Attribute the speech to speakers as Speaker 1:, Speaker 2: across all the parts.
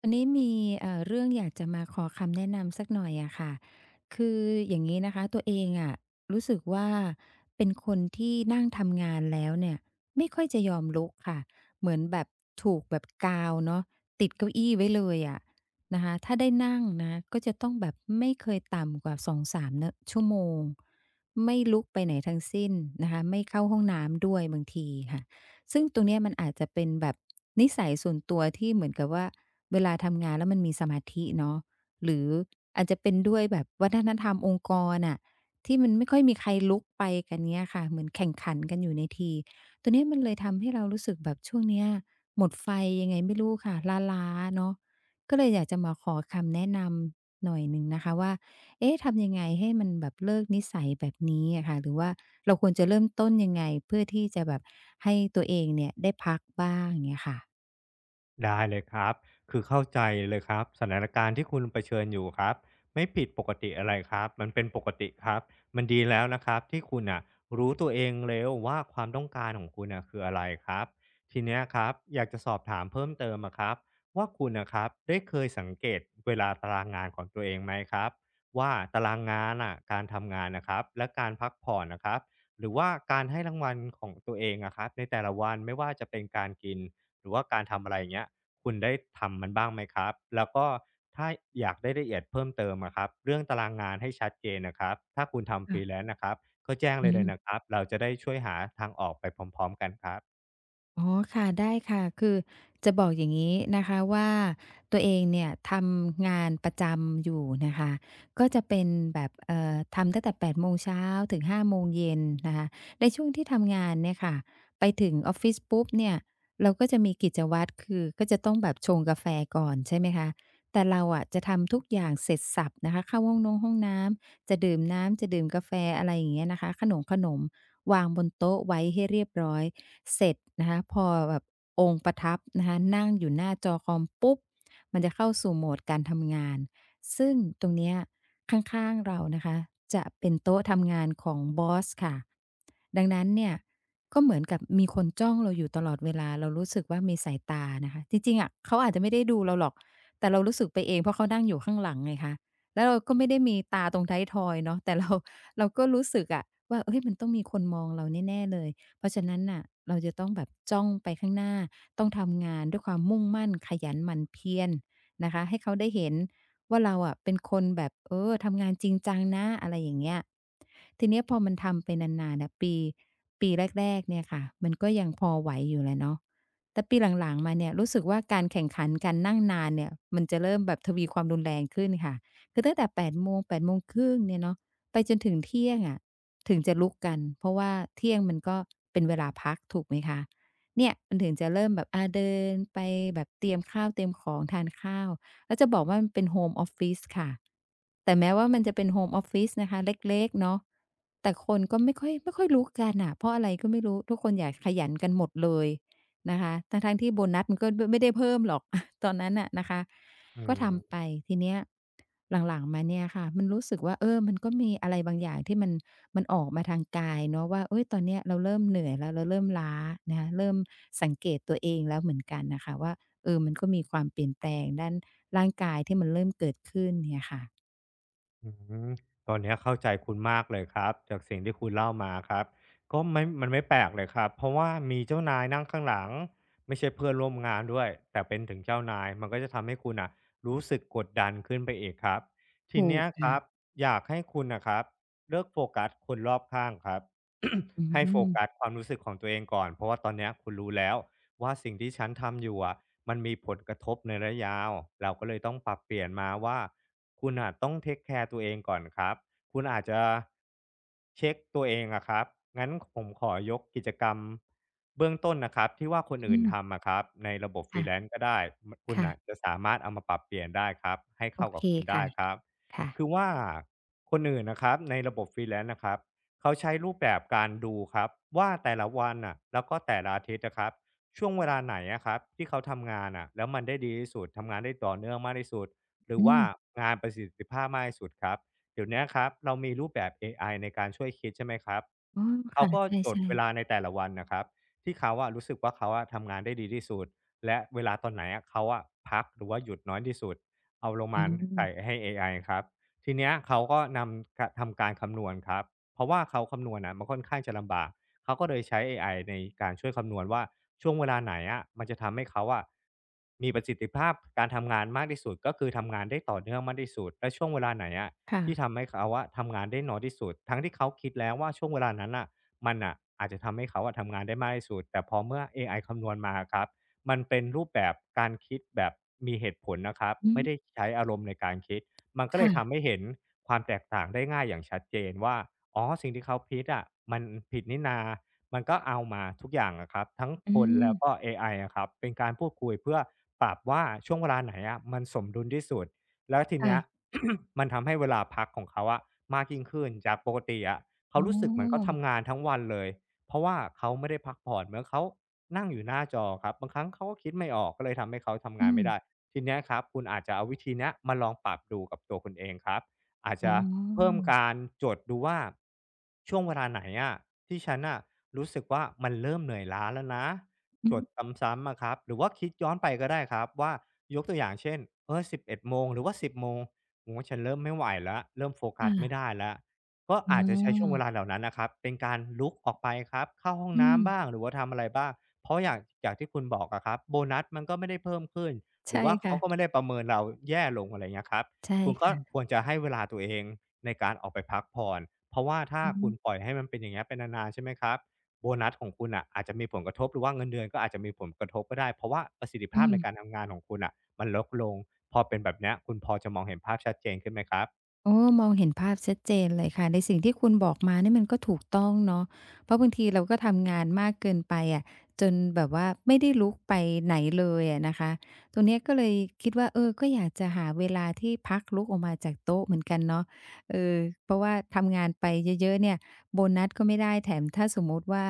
Speaker 1: วันนี้มีเรื่องอยากจะมาขอคำแนะนำสักหน่อยอะค่ะ คืออย่างนี้นะคะ ตัวเองอะรู้สึกว่าเป็นคนที่นั่งทำงานแล้วเนี่ยไม่ค่อยจะยอมลุกค่ะ เหมือนแบบถูกแบบกาวเนาะติดเก้าอี้ไว้เลยอะนะคะถ้าได้นั่งนะก็จะต้องแบบไม่เคยต่ำกว่า2-3เนามนะชั่วโมง ไม่ลุกไปไหนทั้งสิ้นนะคะไม่เข้าห้องน้ำด้วยบางทีค่ะ ซึ่งตรงเนี้ยมันอาจจะเป็นแบบนิสัยส่วนตัวที่เหมือนกับว่าเวลาทำงานแล้วมันมีสมาธิเนาะหรืออาจจะเป็นด้วยแบบวัฒนธรรมองค์กรน่ะที่มันไม่ค่อยมีใครลุกไปกันเงี้ยค่ะเหมือนแข่งขันกันอยู่ในทีตัวเนี้ยมันเลยทำให้เรารู้สึกแบบช่วงเนี้ยหมดไฟยังไงไม่รู้ค่ะล้าๆเนาะก็เลยอยากจะมาขอคำแนะนำหน่อยหนึ่งนะคะว่า เอ๊ะทำยังไงให้มันแบบเลิกนิสัยแบบนี้อะค่ะ หรือว่าเราควรจะเริ่มต้นยังไงเพื่อที่จะแบบให้ตัวเองเนี่ยได้พักบ้างเงี้ยค่ะ
Speaker 2: ได้เลยครับคือเข้าใจเลยครับสถานการณ์ที่คุณเผชิญอยู่ครับไม่ผิดปกติอะไรครับ มันเป็นปกติครับมันดีแล้วนะครับที่คุณอ่ะรู้ตัวเองแล้วว่าความต้องการของคุณอ่ะคืออะไรครับทีเนี้ยครับอยากจะสอบถามเพิ่มเติมอะครับว่าคุณนะครับได้เคยสังเกตเวลาตารางงานของตัวเองไหมครับว่าตารางงานอ่ะการทำงานนะครับและการพักผ่อนนะครับหรือว่าการให้รางวัลของตัวเองนะครับในแต่ละวันไม่ว่าจะเป็นการกิน หรือว่าการทำอะไรอย่างเงี้ยคุณได้ทำมันบ้างไหมครับแล้วก็ถ้าอยากได้ละเอียดเพิ่มเติมอะครับเรื่องตารางงานให้ชัดเจนน่ะครับถ้าคุณทำ
Speaker 1: ค่ะ
Speaker 2: Freelance น่ะครับก็แจ้งเล
Speaker 1: อื
Speaker 2: ยเล
Speaker 1: ม
Speaker 2: ยนะครับเราจะได้ช่วยหาทางออกไปพร้อมๆกันครับ
Speaker 1: อ๋อค่ะได้ค่ะคือจะบอกอย่างนี้นะคะว่าตัวเองเนี่ยทำงานประจำอยู่นะคะก็จะเป็นแบบทำตั้งแต่8โมงเช้าถึง5โมงเย็นนะคะในช่วงที่ทำงานเนี่ยค่ะไปถึงออฟฟิศปุ๊บเนี่ยเราก็จะมีกิจวัตรคือก็จะต้องแบบชงกาแฟก่อนใช่ไหมคะแต่เราอะจะทำทุกอย่างเสร็จสับนะคะเข้าห้องน้ำจะดื่มน้ำจะดื่มกาแฟอะไรอย่างเงี้ยนะคะขนมวางบนโต๊ะไว้ให้เรียบร้อย เสร็จนะคะพอแบบองค์ประทับนะคะนั่งอยู่หน้าจอคอมปุ๊บมันจะเข้าสู่โหมดการทำงานซึ่งตรงเนี้ยข้างๆเรานะคะจะเป็นโต๊ะทำงานของบอสค่ะดังนั้นเนี่ยก็เหมือนกับมีคนจ้องเราอยู่ตลอดเวลาเรารู้สึกว่ามีสายตานะคะจริงๆอะเขาอาจจะไม่ได้ดูเราหรอกแต่เรารู้สึกไปเองเพราะเขานั่งอยู่ข้างหลังไงคะแล้วเราก็ไม่ได้มีตาตรงท้ายทอยเนาะแต่เราเราก็รู้สึกอะว่าเฮ้ยมันต้องมีคนมองเราแน่ๆเลย เพราะฉะนั้นน่ะเราจะต้องแบบจ้องไปข้างหน้าต้องทำงานด้วยความมุ่งมั่นขยันหมั่นเพียรนะคะให้เขาได้เห็นว่าเราอะเป็นคนแบบทำงานจริงจังนะอะไรอย่างเงี้ยทีเนี้ยพอมันทำไปนานๆน่ะปีแรกๆเนี่ยค่ะมันก็ยังพอไหวอยู่แหละเนาะแต่ปีหลังๆมาเนี่ยรู้สึกว่าการแข่งขันการนั่งนานเนี่ยมันจะเริ่มแบบทวีความรุนแรงขึ้นค่ะคือตั้งแต่8โมงครึ่งเนี่ยเนาะไปจนถึงเที่ยงอะ ถึงจะลุกกันเพราะว่าเที่ยงมันก็เป็นเวลาพักถูกไหมคะเนี่ยมันถึงจะเริ่มแบบอาเดินไปแบบเตรียมข้าวเตรียมของทานข้าวแล้วจะบอกว่ามันเป็นโฮมออฟฟิศค่ะแต่แม้ว่ามันจะเป็นโฮมออฟฟิศนะคะเล็กๆเนาะแต่คนก็ไม่ค่อยลุกกันน่ะเพราะอะไรก็ไม่รู้ทุกคนอยากขยันกันหมดเลยนะคะทั้งๆที่โบนัสมันก็บไม่ได้เพิ่มหรอก ตอนนั้นน่ะนะคะ
Speaker 2: อื
Speaker 1: ก็ทำไป
Speaker 2: ม
Speaker 1: ทีเนี้ยหลังๆมาเนี่ยค่ะมันรู้สึกว่าเออมันก็มีอะไรบางอย่างที่มันออกมาทางกายเนาะว่าเฮ้ยตอนเนี้ยเราเริ่มเหนื่อยแล้วเราเริ่มล้านะคะเริ่มสังเกตตัวเองแล้วเหมือนกันน่ะค่ะว่าเออมันก็มีความเปลี่ยนแปลงด้านร่างกายที่มันเริ่มเกิดขึ้นเนี่ยค่ะ
Speaker 2: อืมตอนเนี้ยเข้าใจคุณมากเลยครับจากสิ่งที่คุณเล่ามาครับก็ไม่มันไม่แปลกเลยครับเพราะว่ามีเจ้านายนั่งข้างหลังไม่ใช่เพื่อนร่วมงานด้วยแต่เป็นถึงเจ้านายมันก็จะทำให้คุณอ่ะรู้สึกกดดันขึ้นไปอีกครับที
Speaker 1: ถู
Speaker 2: เนี้
Speaker 1: ก
Speaker 2: ยครับ
Speaker 1: ค่ะ
Speaker 2: อยากให้คุณนะครับเลิกโฟกัสคนรอบข้างครับ
Speaker 1: อื
Speaker 2: ให้โฟ
Speaker 1: ม
Speaker 2: กัสความรู้สึกของตัวเองก่อนเพราะว่าตอนเนี้ยคุณรู้แล้วว่าสิ่งที่ฉันทำอยู่อะมันมีผลกระทบในระยะยาวเราก็เลยต้องปรับเปลี่ยนมาว่าคุณน่ะต้องเทคแคร์ตัวเองก่อนครับคุณอาจจะเช็คตัวเองอะครับงั้นผมขอยกกิจกรรมเบื้องต้นนะครับที่ว่าคน
Speaker 1: อื
Speaker 2: อื่น
Speaker 1: ม
Speaker 2: ทำอะครับในระบบ
Speaker 1: ค่ะ
Speaker 2: Freelance ก็ได้มนคุณอะ
Speaker 1: ค่ะ
Speaker 2: จะสามารถเอามาปรับเปลี่ยนได้ครับให้
Speaker 1: โอ
Speaker 2: เข้ากั
Speaker 1: เค
Speaker 2: บคุณได้
Speaker 1: ค่ะ
Speaker 2: ครับ
Speaker 1: ค่ะ
Speaker 2: คือว่าคนอื่นนะครับในระบบฟรีแลนซ์นะครับ เขาใช้รูปแบบการดูครับว่าแต่ละวันน่ะแล้วก็แต่ละอาทิตย์นะครับช่วงเวลาไหนอะครับที่เขาทำงานน่ะแล้วมันได้ดีที่สุดทำงานได้ต่อเนื่องมากที่สุดหรือ
Speaker 1: อื
Speaker 2: ว่า
Speaker 1: ม
Speaker 2: งานประสิทธิภาพมากที่สุดครับเดี๋ยวนี้ครับเรามีรูปแบบเอไอในการช่วยคิดใช่ไหมครับ
Speaker 1: อ๋อ
Speaker 2: เขา
Speaker 1: ค่ะ
Speaker 2: ก็จด
Speaker 1: ใช่
Speaker 2: เวลา
Speaker 1: ๆ
Speaker 2: ในแต่ละวันนะครับที่เขาอะรู้สึกว่าเขาอะทำงานได้ดีที่สุดและเวลาตอนไหนอะเขาอะพักหรือว่าหยุดน้อยที่สุดเอาลง
Speaker 1: อื
Speaker 2: มาใส่
Speaker 1: ม
Speaker 2: ให้เอไอครับทีเนี้ยเขาก็นำกะทำการคำนวณครับ เพราะว่าเขาคำนวณนะมันค่อนข้างจะลำบากเขาก็เลยใช้เอไอในการช่วยคำนวณว่าช่วงเวลาไหนอะมันจะทำให้เขาอะมีประสิทธิภาพการทำงานมากที่สุดก็คือทำงานได้ต่อเนื่องมากที่สุดและช่วงเวลาไหนอะ
Speaker 1: ค่ะ
Speaker 2: ที่ทำให้เขาอะทำงานได้น้อยที่สุดทั้งที่เขาคิดแล้วว่าช่วงเวลานั้นอ่ะมันอ่ะอาจจะทำให้เขาอะทำงานได้มากที่สุดแต่พอเมื่อเอไอคำนวณมาครับมันเป็นรูปแบบการคิดแบบมีเหตุผลนะครับ
Speaker 1: อื
Speaker 2: ไม่
Speaker 1: ม
Speaker 2: ได้ใช้อารมณ์ในการคิด มันก็เลยทำ
Speaker 1: ค่ะ
Speaker 2: ให้เห็นความแตกต่างได้ง่ายอย่างชัดเจนว่าอ๋อสิ่งที่เขาพิดอะมันผิดนี่นา มันก็เอามาทุกอย่างอะครับทั้ง
Speaker 1: อื
Speaker 2: คน
Speaker 1: ม
Speaker 2: แล้วก็เอไออะครับเป็นการพูดคุยเพื่อปรับว่าช่วงเวลาไหนอะมันสมดุลที่สุดแล้วทีเนี้ย
Speaker 1: ค่ะ
Speaker 2: มันทำให้เวลาพักของเขาอะมากยิ่งขึ้นจากปกติอะเขา
Speaker 1: อ๋
Speaker 2: รู้สึกเหมือนเขา
Speaker 1: อ
Speaker 2: ทำงานทั้งวันเลยเพราะว่าเขาไม่ได้พักผ่อนเหมือนเขานั่งอยู่หน้าจอครับบางครั้งเขาก็คิดไม่ออกก็เลยทำให้เขาทำ
Speaker 1: อื
Speaker 2: งาน
Speaker 1: ม
Speaker 2: ไม่ได้ ทีเนี้ยครับคุณอาจจะเอาวิธีเนี้ยมาลองปรับดูกับตัวคุณเองครับอาจ
Speaker 1: อ๋
Speaker 2: จะ
Speaker 1: อ
Speaker 2: เพิ่มการจดดูว่าช่วงเวลาไหนอะที่ฉันอ่ะรู้สึกว่ามันเริ่มเหนื่อยล้าแล้วนะ
Speaker 1: อื
Speaker 2: จด
Speaker 1: ม
Speaker 2: ซ้ำๆอะครับหรือว่าคิดย้อนไปก็ได้ครับว่ายกตัวอย่างเช่น11 โมงหรือว่า10 โมงโอ้โฮฉันเริ่มไม่ไหวแล้วเริ่มโฟ
Speaker 1: ค
Speaker 2: กัสไม่ได้
Speaker 1: ่ะ
Speaker 2: แล้วก็
Speaker 1: อ๋
Speaker 2: อา
Speaker 1: อ
Speaker 2: จจะใช้ช่วงเวลาเหล่านั้นนะครับเป็นการลุกออกไปครับเข้าห้อง
Speaker 1: อืม
Speaker 2: น้ำบ้างหรือว่าทำอะไรบ้างเพราะอย่างอย่างที่คุณบอกอะครับโบนัสมันก็ไม่ได้เพิ่มขึ้น หรื
Speaker 1: ใช่
Speaker 2: อว่าเขา
Speaker 1: ค่ะ
Speaker 2: ก็ไม่ได้ประเมินเราแย่ลงอะไรเงี้ยครับ
Speaker 1: ใช่
Speaker 2: คุณก็
Speaker 1: ค่ะ
Speaker 2: ควรจะให้เวลาตัวเองในการออกไปพักผ่อนเพราะว่าถ้า
Speaker 1: อือฮึ
Speaker 2: คุณปล่อยให้มันเป็นอย่างเงี้ยเปนนานๆใช่ไหมครับโบนัสของคุณอ่ะอาจจะมีผลกระทบหรือว่าเงินเดือนก็อาจจะมีผลกระทบก็ได้เพราะว่าประสิทธิภา
Speaker 1: อื
Speaker 2: พ
Speaker 1: ม
Speaker 2: ในการทำงานของคุณอ่ะมันลดลงพอเป็นแบบเนี้ยคุณพอจะมองเห็นภาพชัดเจนขึ้นไหมครับ
Speaker 1: โอ้มองเห็นภาพชัดเจนเลยค่ะในสิ่งที่คุณบอกมาเนี่ยมันก็ถูกต้องเนาะเพราะบางทีเราก็ทำงานมากเกินไปอะจนแบบว่าไม่ได้ลุกไปไหนเลยอะนะคะตรงเนี้ยก็เลยคิดว่าเออก็อยากจะหาเวลาที่พักลุกออกมาจากโต๊ะเหมือนกันเนาะเออเพราะว่าทำงานไปเยอะๆ เนี่ยโบนัสก็ไม่ได้แถมถ้าสมมุติว่า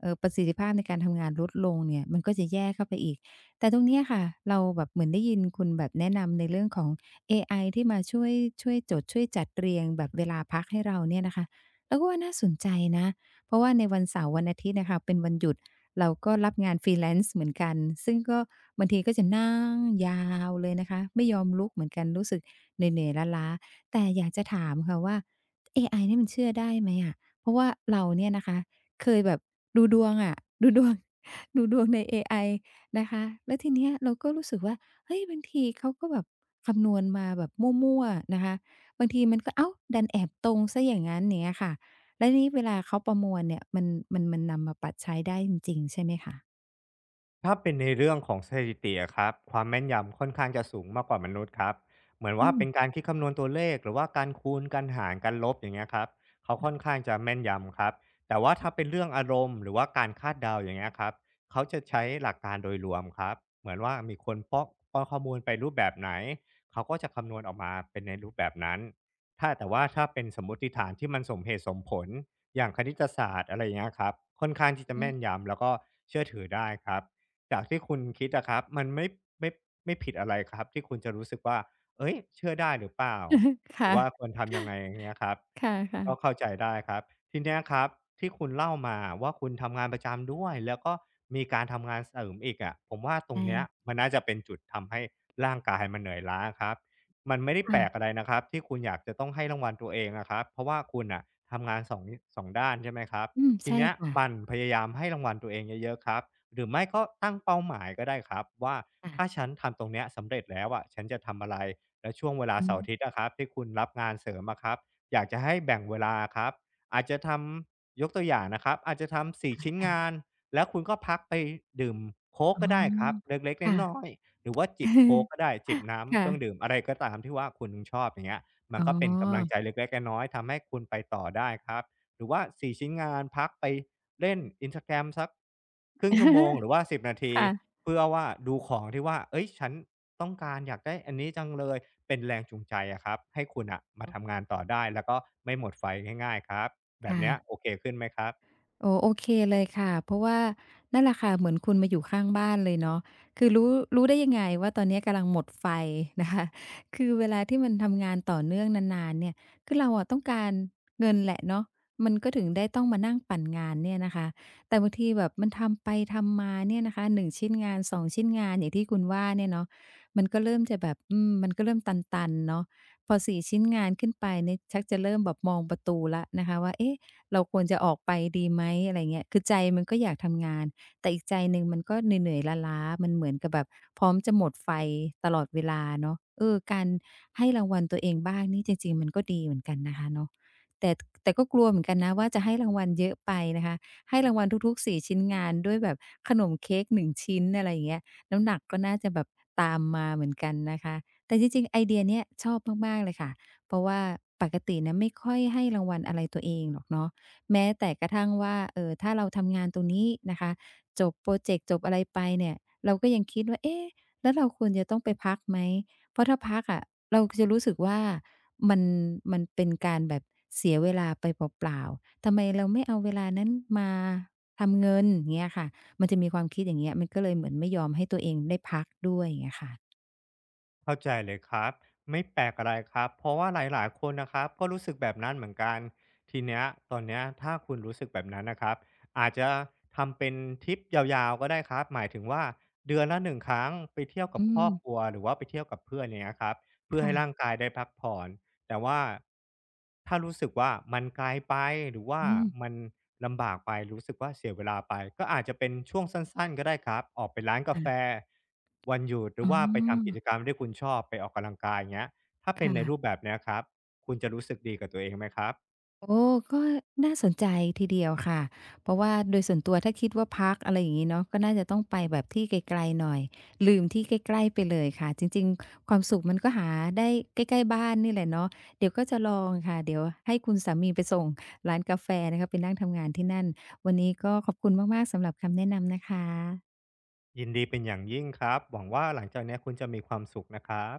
Speaker 1: ประสิทธิภาพในการทำงานลดลงเนี่ยมันก็จะแย่เข้าไปอีก แต่ตรงเนี้ยค่ะเราแบบเหมือนได้ยินคุณแบบแนะนำในเรื่องของ เอไอที่มาช่วยจดช่วยจัดเรียงแบบเวลาพักให้เราเนี่ยนะคะเราก็ว่าน่าสนใจนะเพราะว่าในวันเสาร์วันอาทิตย์น่ะค่ะเป็นวันหยุดเราก็รับงาน freelance เหมือนกันซึ่งก็บางทีก็จะนั่งยาวเลยนะคะไม่ยอมลุกเหมือนกันรู้สึกเหนื่อยๆล้าๆแต่อยากจะถามค่ะว่าเอไอนี่มันเชื่อได้ไหมอะเพราะว่าเราเนี่ยนะคะเคยแบบดูดวงอะดูดวง ดูดวงในเอไอนะคะแล้วทีเนี้ยเราก็รู้สึกว่า เฮ้ยบางทีเขาก็แบบคำนวณมาแบบมั่วๆนะคะบางทีมันก็อ้าวดันแอบตรงเสียอย่างงั้นอย่างเงี้ยค่ะแล้วทีนี้เวลาเขาประมวลเนี่ยมันมันนำมาปรับใช้ได้จริงๆใช่ไหมคะ
Speaker 2: ถ้าเป็นในเรื่องของสถิติอะครับความแม่นยำค่อนข้างจะสูงมากกว่ามนุษย์ครับเหมือน
Speaker 1: อื
Speaker 2: ว่า
Speaker 1: ม
Speaker 2: เป็นการคิดคำนวณตัวเลขหรือว่าการคูณการหารการลบอย่างเงี้ยครับเขาค่อน
Speaker 1: ค่ะ
Speaker 2: ข้างจะแม่นยำครับแต่ว่าถ้าเป็นเรื่องอารมณ์หรือว่าการคาดเดาอย่างเงี้ยครับเขาจะใช้หลักการโดยรวมครับเหมือนว่ามีคนป้อนข้อมูลไปรูปแบบไหนเขาก็จะคำนวณออกมาเป็นในรูปแบบนั้นถ้าแต่ว่าถ้าเป็นสมมติฐานที่มันสมเหตุสมผลอย่างคณิตศาสตร์อะไรอย่างเงี้ยครับค่อนข้างที่จะ
Speaker 1: อื
Speaker 2: แม่
Speaker 1: ม
Speaker 2: นยำแล้วก็เชื่อถือได้ครับ จากที่คุณคิดอะครับมันไม่ไม่ผิดอะไรครับที่คุณจะรู้สึกว่าเฮ้ยเชื่อได้หรือเปล่า หรือ
Speaker 1: ค่ะ
Speaker 2: ว่าควรทำยังไงอย่างเงี้ยครับ
Speaker 1: ค่ะ
Speaker 2: ก็
Speaker 1: ๆ
Speaker 2: เข้าใจได้ครับทีเนี้ยครับที่คุณเล่ามาว่าคุณทำงานประจำด้วยแล้วก็มีการทำงานเสริมอีกอะผมว่าต
Speaker 1: ใช
Speaker 2: รงเนี้ย
Speaker 1: ่
Speaker 2: มันน่าจะเป็นจุดทำให้ร่างกายมันเหนื่อยล้าครับมันไม่ได้แปลกอะไร
Speaker 1: ค่ะ
Speaker 2: นะครับที่คุณอยากจะต้องให้รางวัลตัวเองอะครับเพราะว่าคุณอะทำงานสองด้านใช่ไหมครับ
Speaker 1: อืม
Speaker 2: ที
Speaker 1: ใช่
Speaker 2: เนี้ย
Speaker 1: ค่ะ
Speaker 2: หมันพยายามให้รางวัลตัวเองเยอะๆครับหรือไม่ก็ตั้งเป้าหมายก็ได้ครับว่า
Speaker 1: ค่ะ
Speaker 2: ถ้าฉันทำตรงเนี้ยสำเร็จแล้วอะฉันจะทำอะไรแล้วช่วงเวลา
Speaker 1: อื
Speaker 2: เสา
Speaker 1: ม
Speaker 2: ร์อาทิตย์นะครับที่คุณรับงานเสริมอะครับอยากจะให้แบ่งเวลาอครับอาจจะทำยกตัวอย่างนะครับอาจจะทำ4ชิ้นงานแล้วคุณก็พักไปดื่มโค้ก
Speaker 1: อ๋
Speaker 2: ก็ได้ครับ
Speaker 1: อ
Speaker 2: เล็ก
Speaker 1: ค่ะ
Speaker 2: ๆน้อยๆหรือว่าจิบโค้กก็ได้จิบ น้ำเครื่องดื่ม
Speaker 1: ค่ะ
Speaker 2: อะไรก็ตามที่ว่าคุณชอบอย่างเงี้ยมัน
Speaker 1: อ๋
Speaker 2: ก็เป็นกำลัง
Speaker 1: อ
Speaker 2: ใจเล็กๆน้อยๆทำให้คุณไปต่อได้ครับ หรือว่า4ชิ้นงานพักไปเล่น Instagram สักครึ่งชั่วโมงหรือว่า10นาที
Speaker 1: ค่ะ
Speaker 2: เพื่อว่าดูของที่ว่าเฮ้ยฉันต้องการอยากได้อันนี้จังเลยเป็นแรงจูงใจอะครับให้คุณน่ะมาทำงานต่อได้แล้วก็ไม่หมดไฟง่ายๆครับแบบเนี้ยโอ
Speaker 1: ค่ะ
Speaker 2: เคขึ้นไหมครับ
Speaker 1: ออโอเคเลยค่ะ เพราะว่านั่นแหละค่ะเหมือนคุณมาอยู่ข้างบ้านเลยเนาะคือรู้ได้ยังไงว่าตอนเนี้ยกำลังหมดไฟนะคะคือเวลาที่มันทำงานต่อเนื่องนานๆเนี่ยคือเราอะต้องการเงินแหละเนาะมันก็ถึงได้ต้องมานั่งปั่นงานเนี่ยนะคะ แต่บางทีแบบมันทำไปทำมาเนี่ยนะคะ1ชิ้นงาน2ชิ้นงานอย่างที่คุณว่าเนี่ยเนาะมันก็เริ่มจะแบบอืมมันก็เริ่มตันๆเนาะพอ4ชิ้นงานขึ้นไปเนี่ยชักจะเริ่มแบบมองประตูแล้วนะคะว่าเอ๊ะ เราควรจะออกไปดีไหมอะไรเงี้ยคือใจมันก็อยากทำงานแต่อีกใจหนึ่งมันก็เหนื่อยๆล้าๆมันเหมือนกับแบบพร้อมจะหมดไฟตลอดเวลาเนาะเออการให้รางวัลตัวเองบ้างนี่จริงๆมันก็ดีเหมือนกันนะคะเนาะแต่แต่ก็กลัวเหมือนกันนะว่าจะให้รางวัลเยอะไปนะคะให้รางวัลทุกๆสี่ชิ้นงานด้วยแบบขนมเค้กหนึ่งชิ้นอะไรอย่างเงี้ยน้ำหนักก็น่าจะแบบตามมาเหมือนกันนะคะแต่จริงๆไอเดียเนี้ยชอบมากๆเลยค่ะเพราะว่าปกตินะไม่ค่อยให้รางวัลอะไรตัวเองหรอกเนาะ แม้แต่กระทั่งว่าถ้าเราทำงานตรงนี้นะคะจบพรอเจกต์จบอะไรไปเนี่ยเราก็ยังคิดว่าเอ๊ะแล้วเราควรจะต้องไปพักไหมเพราะถ้าพักอะเราจะรู้สึกว่ามันมันเป็นการแบบเสียเวลาไปเปล่าๆทำไมเราไม่เอาเวลานั้นมาทำเงินเงี้ยค่ะมันจะมีความคิดอย่างเงี้ยมันก็เลยเหมือนไม่ยอมให้ตัวเองได้พักด้วยอย่างเงี้ยค่ะ
Speaker 2: เข้าใจเลยครับไม่แปลกอะไรครับเพราะว่าหลายๆคนนะครับก็รู้สึกแบบนั้นเหมือนกันทีเนี้ยตอนเนี้ยถ้าคุณรู้สึกแบบนั้นนะครับอาจจะทำเป็นทริปยาวๆก็ได้ครับหมายถึงว่าเดือนละ1ครั้งไปเที่ยวกับ
Speaker 1: อื
Speaker 2: ครอ
Speaker 1: ม
Speaker 2: บครัวหรือว่าไปเที่ยวกับเพื่อนอย่างเงี้ยครับเพื่อให้ร่าง
Speaker 1: ค่ะ
Speaker 2: กายได้พักผ่อน แต่ว่าถ้ารู้สึกว่ามันไกลไปหรือว่า
Speaker 1: อืม
Speaker 2: มันลำบากไปรู้สึกว่าเสียเวลาไปก็อาจจะเป็นช่วงสั้นๆก็ได้ครับออกไปร้านกาแฟ
Speaker 1: ค่ะ
Speaker 2: วันหยุดหรื
Speaker 1: อ๋
Speaker 2: อ
Speaker 1: อ
Speaker 2: ว่าไปทำกิจกรรมที่คุณชอบไปออกกำลังกายอย่างเงี้ยถ้าเป็นในรูป
Speaker 1: ค่ะ
Speaker 2: แบบเนี้ยครับคุณจะรู้สึกดีกับตัวเองไหมครับ
Speaker 1: โอ้ก็น่าสนใจทีเดียวค่ะเพราะว่าโดยส่วนตัวถ้าคิดว่าพักอะไรอย่างงี้เนาะก็น่าจะต้องไปแบบที่ไกลๆหน่อยลืมที่ใกล้ๆไปเลยค่ะจริงๆความสุขมันก็หาได้ใกล้ๆบ้านนี่แหละเนาะเดี๋ยวก็จะลองค่ะเดี๋ยวให้คุณสามีไปส่งร้านกาแฟนะคะไปนั่งทำงานที่นั่นวันนี้ก็ขอบคุณมากๆสำหรับคำแนะนำนะคะ
Speaker 2: ยินดีเป็นอย่างยิ่งครับหวังว่าหลังจากเนี้ยคุณจะมีความสุขนะครับ